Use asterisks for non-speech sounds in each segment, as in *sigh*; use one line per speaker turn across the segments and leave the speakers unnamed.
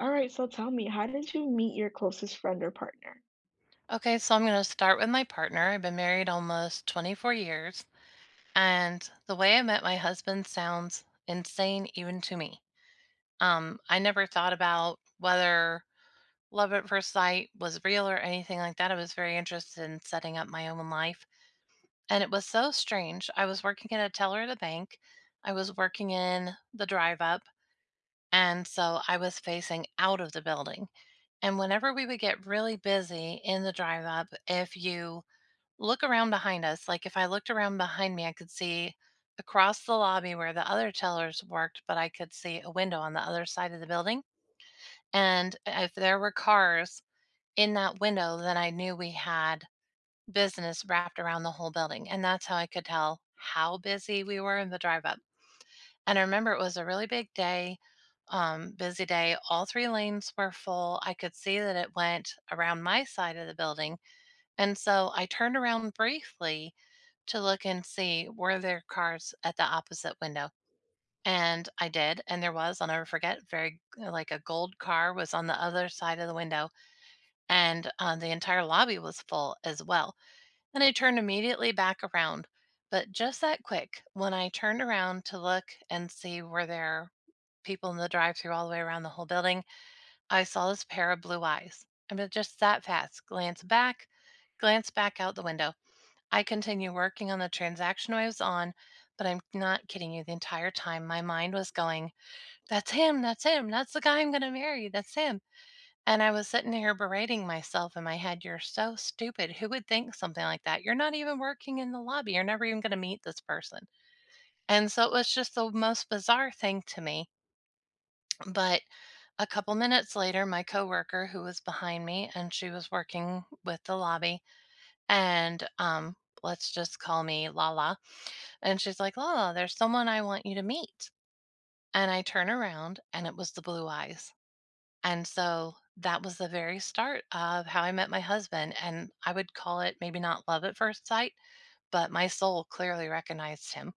All right, so tell me, how did you meet your closest friend or partner?
Okay, so I'm going to start with my partner. I've been married almost 24 years, and the way I met my husband sounds insane even to me. I never thought about whether love at first sight was real or anything like that. I was very interested in setting up my own life, and it was so strange. I was working at a teller at a bank. I was working in the drive up, and so I was facing out of the building. And whenever we would get really busy in the drive up, if you look around behind us, like if I looked around behind me, I could see across the lobby where the other tellers worked, but I could see a window on the other side of the building. And if there were cars in that window, then I knew we had business wrapped around the whole building. And that's how I could tell how busy we were in the drive up. And I remember it was a really big day, busy day. All three lanes were full. I could see that it went around my side of the building. And so I turned around briefly to look and see were there cars at the opposite window. And I did, and there was, I'll never forget, very like a gold car was on the other side of the window, and the entire lobby was full as well. And I turned immediately back around. But just that quick, when I turned around to look and see were there people in the drive through all the way around the whole building, I saw this pair of blue eyes. I mean, just that fast, glance back out the window. I continue working on the transaction I was on, but I'm not kidding you, the entire time my mind was going, "That's him, that's him, that's the guy I'm gonna marry, that's him." And I was sitting here berating myself in my head, "You're so stupid. Who would think something like that? You're not even working in the lobby. You're never even gonna meet this person." And so it was just the most bizarre thing to me. But a couple minutes later, my coworker who was behind me and she was working with the lobby and let's just call me Lala. And she's like, "Lala, there's someone I want you to meet." And I turn around and it was the blue eyes. And so that was the very start of how I met my husband. And I would call it maybe not love at first sight, but my soul clearly recognized him.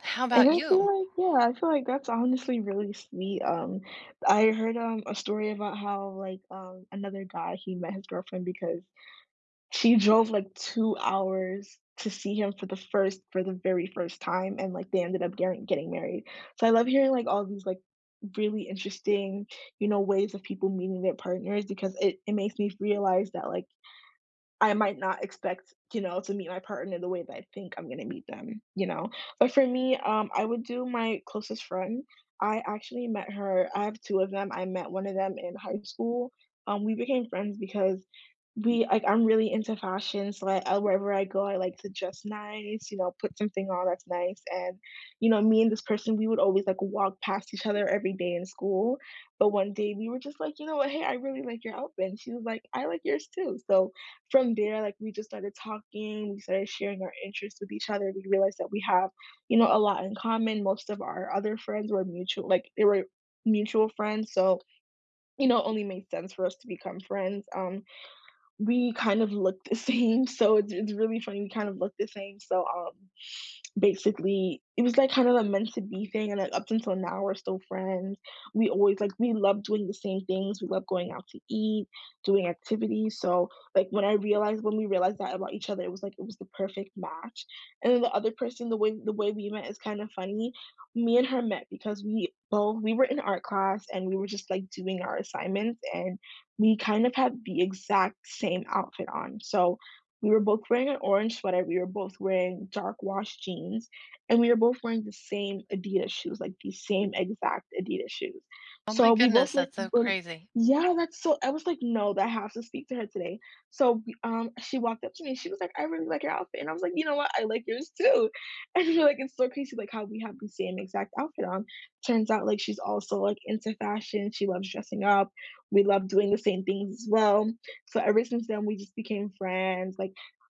How
And
about
I
you?
feel like, yeah, I feel like that's honestly really sweet. I heard a story about how like another guy he met his girlfriend because she drove like 2 hours to see him for the very first time, and like they ended up getting married. So I love hearing like all these like really interesting, you know, ways of people meeting their partners because it makes me realize that like I might not expect, you know, to meet my partner the way that I think I'm gonna meet them, you know? But for me, I would do my closest friend. I actually met her. I have 2 of them. I met 1 of them in high school. We became friends because I'm really into fashion, so, like, I wherever I go, I like to dress nice, you know, put something on that's nice, and, you know, me and this person, we would always, like, walk past each other every day in school, but one day we were just like, "You know what? Hey, I really like your outfit," and she was like, "I like yours too." So from there, like we just started talking, we started sharing our interests with each other. We realized that we have, you know, a lot in common. Most of our other friends were mutual, like they were mutual friends, so you know, it only made sense for us to become friends. We kind of look the *laughs* same, so it's really funny. We kind of look the same, so basically it was like kind of a meant to be thing, and like up until now we're still friends. We always like We love doing the same things, we love going out to eat, doing activities, so like when we realized that about each other, it was like it was the perfect match. And then the other person, the way we met is kind of funny. Me and her met because we were in art class, and we were just like doing our assignments, and we kind of had the exact same outfit on, so we were both wearing an orange sweater, we were both wearing dark wash jeans, and we were both wearing the same Adidas shoes, like the same exact Adidas shoes.
Oh my
So we
goodness,
both like
that's so
were.
crazy.
Yeah, that's so I was like, "No, that I have to speak to her today." So, we she walked up to me, she was like, "I really like your outfit." And I was like, "You know what? I like yours too." *laughs* And we're like, "It's so crazy like how we have the same exact outfit on." Turns out like she's also like into fashion, she loves dressing up. We love doing the same things as well. So ever since then, we just became friends, like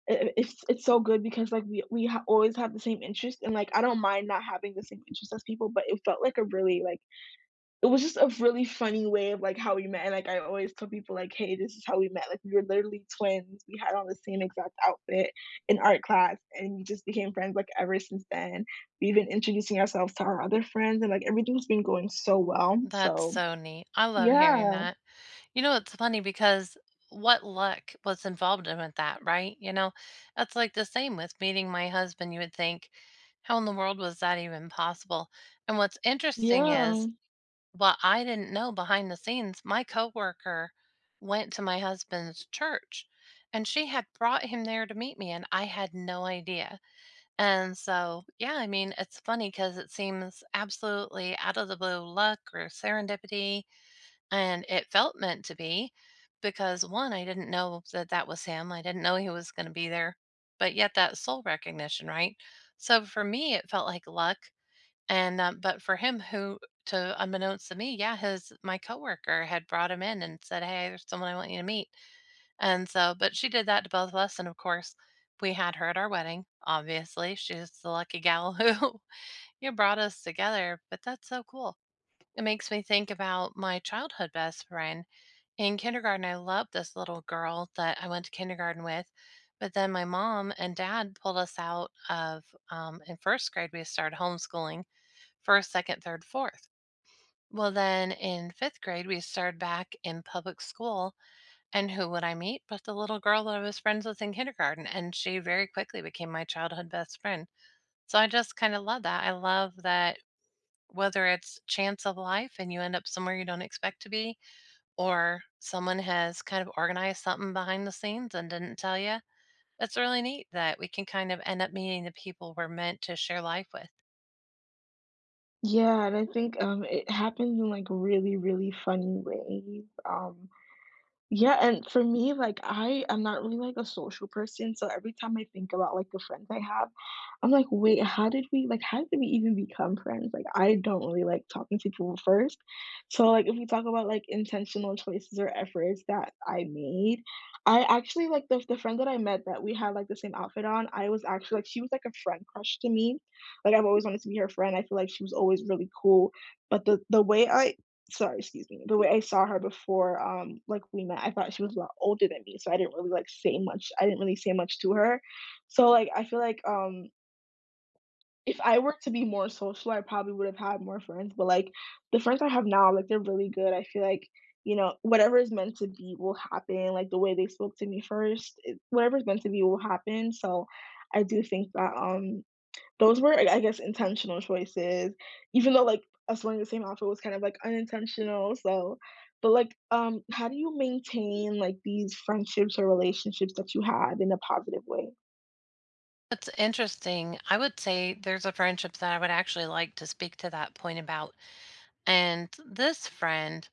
it's so good because, like, we ha always have the same interest, and, like, I don't mind not having the same interest as people, but it felt like it was just a really funny way of, like, how we met, and, like, I always tell people, like, "Hey, this is how we met." Like, we were literally twins, we had on the same exact outfit in art class, and we just became friends, like, ever since then. We've been introducing ourselves to our other friends, and, like, everything's been going so well,
That's
so.
so neat. I love hearing
Yeah,
that. It's funny because what luck was involved in with that, right? That's like the same with meeting my husband. You would think, how in the world was that even possible? And what's interesting
yeah.
is what I didn't know behind the scenes, my coworker went to my husband's church and she had brought him there to meet me and I had no idea. And so, yeah, I mean, it's funny because it seems absolutely out of the blue luck or serendipity and it felt meant to be because one, I didn't know that that was him. I didn't know he was going to be there, but yet that soul recognition, right? So for me, it felt like luck. And but for him, who to unbeknownst to me, yeah, his my coworker had brought him in and said, "Hey, there's someone I want you to meet." And so, but she did that to both of us, and of course, we had her at our wedding. Obviously, she's the lucky gal who *laughs* you brought us together. But that's so cool. It makes me think about my childhood best friend in kindergarten, I loved this little girl that I went to kindergarten with, but then my mom and dad pulled us out of in first grade. We started homeschooling first, second, third, fourth. Well, then in fifth grade, we started back in public school, and who would I meet but the little girl that I was friends with in kindergarten? And she very quickly became my childhood best friend. So I just kind of love that. I love that whether it's chance of life and you end up somewhere you don't expect to be, or someone has kind of organized something behind the scenes and didn't tell you. It's really neat that we can kind of end up meeting the people we're meant to share life with.
Yeah, and I think, it happens in, like, really, really funny ways. Yeah, and for me, like I am not really like a social person, so every time I think about like the friends I have, I'm like, wait, how did we even become friends? Like I don't really like talking to people first. So like if we talk about like intentional choices or efforts that I made, I actually like the friend that I met that we had like the same outfit on. I was actually like She was like a friend crush to me. Like I've always wanted to be her friend. I feel like she was always really cool. But the way I saw her before, like, we met, I thought she was a lot older than me, so I didn't really say much to her. So, like, I feel like, if I were to be more social, I probably would have had more friends, but, like, the friends I have now, like, they're really good. I feel like, you know, whatever is meant to be will happen, like, the way they spoke to me first, it whatever's meant to be will happen, so I do think that, those were, I guess, intentional choices, even though, like, us wearing the same outfit was kind of, like, unintentional, so. But, like, how do you maintain, like, these friendships or relationships that you have in a positive way?
It's interesting. I would say there's a friendship that I would actually like to speak to that point about. And this friend,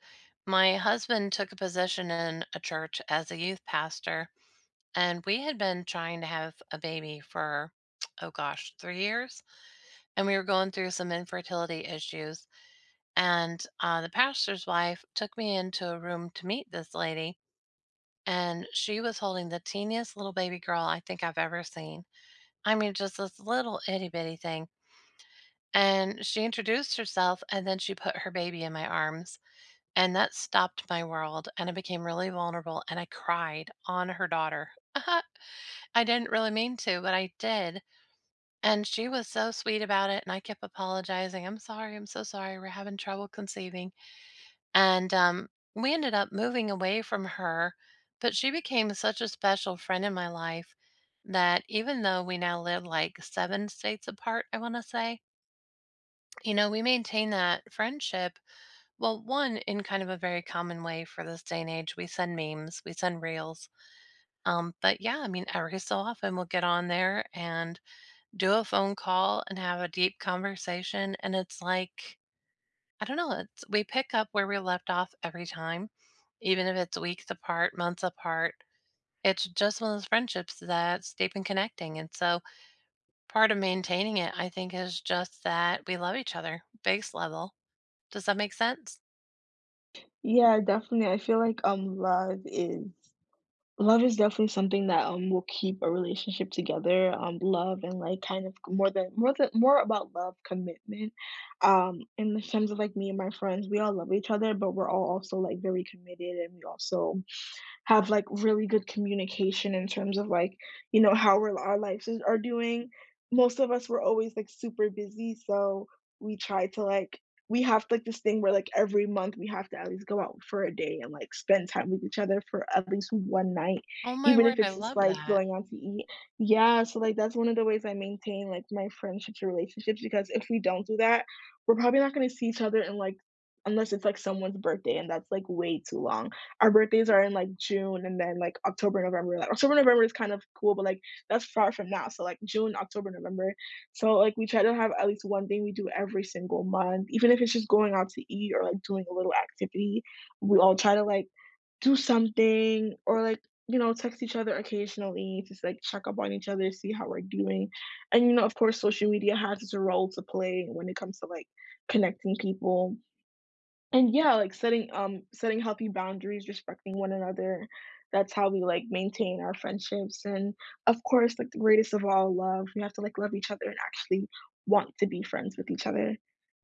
my husband took a position in a church as a youth pastor, and we had been trying to have a baby for, oh gosh, 3 years. And we were going through some infertility issues. And the pastor's wife took me into a room to meet this lady, and she was holding the teeniest little baby girl I think I've ever seen. I mean, just this little itty bitty thing. And she introduced herself, and then she put her baby in my arms. And that stopped my world, and I became really vulnerable, and I cried on her daughter. *laughs* I didn't really mean to, but I did. And she was so sweet about it, and I kept apologizing. I'm sorry, I'm so sorry, we're having trouble conceiving. And we ended up moving away from her, but she became such a special friend in my life that even though we now live like seven states apart, I want to say, we maintain that friendship. Well, one, in kind of a very common way for this day and age, we send memes, we send reels. But yeah, I mean, every so often we'll get on there and do a phone call and have a deep conversation. And it's like, I don't know, it's we pick up where we left off every time, even if it's weeks apart, months apart. It's just one of those friendships that's deep and connecting, and so part of maintaining it, I think, is just that we love each other, base level. Does that make sense?
Yeah, definitely, I feel like, love is definitely something that, will keep a relationship together, love and, like, kind of more about love, commitment, in the terms of, like, me and my friends, we all love each other, but we're all also, like, very committed, and we also have, like, really good communication in terms of, like, you know, how we're our lives is are doing. Most of us were always, like, super busy, so we try to, like we have, like, this thing where, like, every month we have to at least go out for a day and, like, spend time with each other for at least one night,
Oh my
even
word,
if
I
it's just,
love
like,
that.
going out to eat. Yeah, so, like, that's one of the ways I maintain, like, my friendships or relationships because if we don't do that, we're probably not gonna see each other in, like unless it's, like, someone's birthday, and that's, like, way too long. Our birthdays are in, like, June and then, like, October, November is kind of cool, but, like, that's far from now, so, like, June, October, November. So, like, we try to have at least one thing we do every single month, even if it's just going out to eat or, like, doing a little activity, we all try to, like, do something or, like, you know, text each other occasionally, just, like, check up on each other, see how we're doing. And, you know, of course, social media has its role to play when it comes to, like, connecting people. And yeah, like setting healthy boundaries, respecting one another. That's how we like maintain our friendships. And of course, like the greatest of all love. We have to like love each other and actually want to be friends with each other.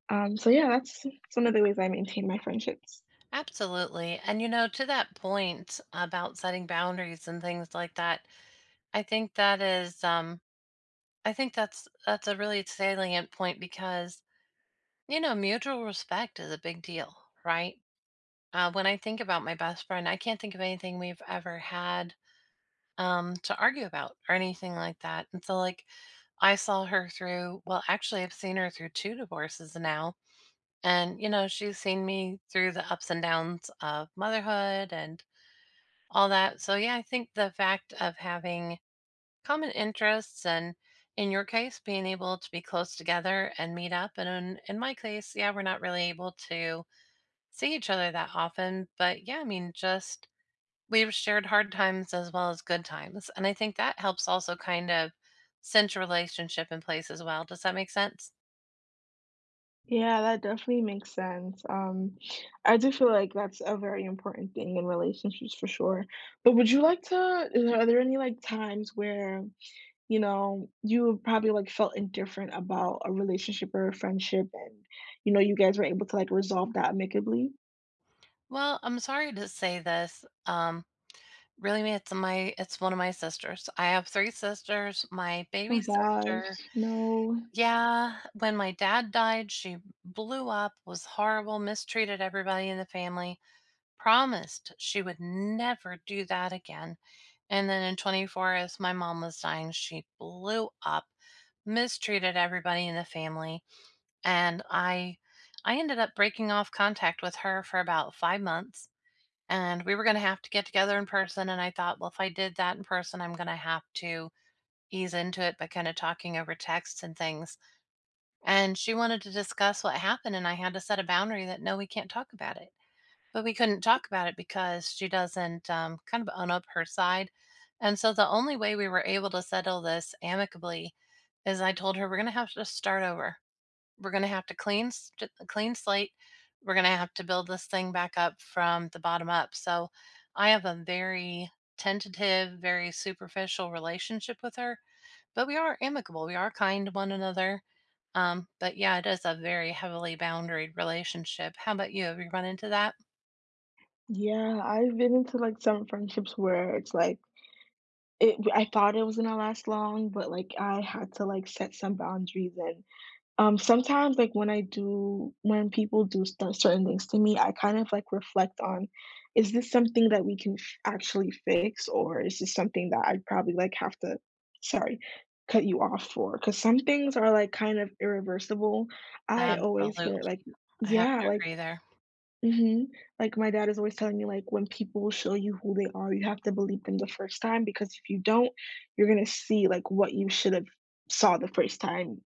So yeah, that's one of the ways I maintain my friendships.
Absolutely, to that point about setting boundaries and things like that, I think that's a really salient point because mutual respect is a big deal, right? When I think about my best friend, I can't think of anything we've ever had to argue about or anything like that. And so, like, I saw her through, well, actually, I've seen her through two divorces now. And she's seen me through the ups and downs of motherhood and all that. So, yeah, I think the fact of having common interests and, in your case, being able to be close together and meet up. And in my case, yeah, we're not really able to see each other that often. But yeah, I mean, just we've shared hard times as well as good times. And I think that helps also kind of center relationship in place as well. Does that make sense?
Yeah, that definitely makes sense. I do feel like that's a very important thing in relationships for sure. But would you like to are there any like times where, you know, you probably, like, felt indifferent about a relationship or a friendship and, you know, you guys were able to, like, resolve that amicably?
Well, I'm sorry to say this. Really, it's one of my sisters. I have three sisters. My baby
Oh
sister,
gosh, no.
yeah, when my dad died, she blew up, was horrible, mistreated everybody in the family promised she would never do that again. And then in 24, as my mom was dying, she blew up, mistreated everybody in the family, and I ended up breaking off contact with her for about 5 months. And we were going to have to get together in person. And I thought, well, if I did that in person, I'm going to have to ease into it by kind of talking over texts and things. And she wanted to discuss what happened. And I had to set a boundary that no, we can't talk about it but we couldn't talk about it because she doesn't kind of own up her side. And so the only way we were able to settle this amicably is I told her we're going to have to start over. We're going to have to clean clean slate. We're going to have to build this thing back up from the bottom up. So I have a very tentative, very superficial relationship with her, but we are amicable. We are kind to one another. But yeah, it is a very heavily boundaried relationship. How about you? Have you run into that?
Yeah, I've been into, like, some friendships where it's like, it I thought it was gonna last long, but, like, I had to, like, set some boundaries and Sometimes, like, when people do st certain things to me, I kind of, like, reflect on, "Is this something that we can f actually fix, or is this something that I'd probably, like, have to" sorry, "cut you off for because some things are, like, kind of irreversible. I always
Absolutely.
hear, like,
I have
"Yeah,
to
like,
agree there.
Mhm. Like, my dad is always telling me, like, "When people show you who they are, you have to believe them the first time because if you don't, you're gonna see, like, what you should have saw the first time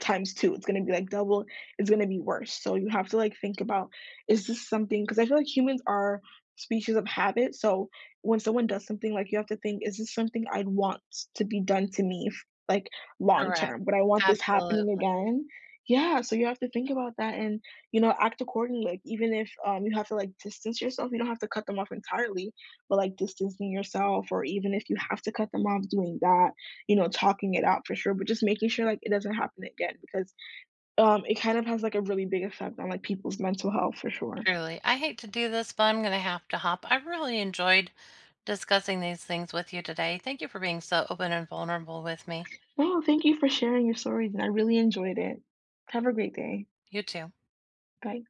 times 2. It's gonna be, like, double. It's gonna be worse." So you have to, like, think about, is this something? Because I feel like humans are species of habit, so when someone does something, like, you have to think, "Is this something I'd want to be done to me f like, long
Correct.
term? Would I want this happening
Absolutely.
again?" Yeah, so you have to think about that and you know, act accordingly. Like, even if you have to like distance yourself, you don't have to cut them off entirely, but like distancing yourself, or even if you have to cut them off, doing that, you know, talking it out for sure, but just making sure like it doesn't happen again because it kind of has like a really big effect on like people's mental health for sure.
Truly. I hate to do this, but I'm going to have to hop. I really enjoyed discussing these things with you today. Thank you for being so open and vulnerable with me.
Well, thank you for sharing your stories, and I really enjoyed it. Have a great day.
You too.
Bye.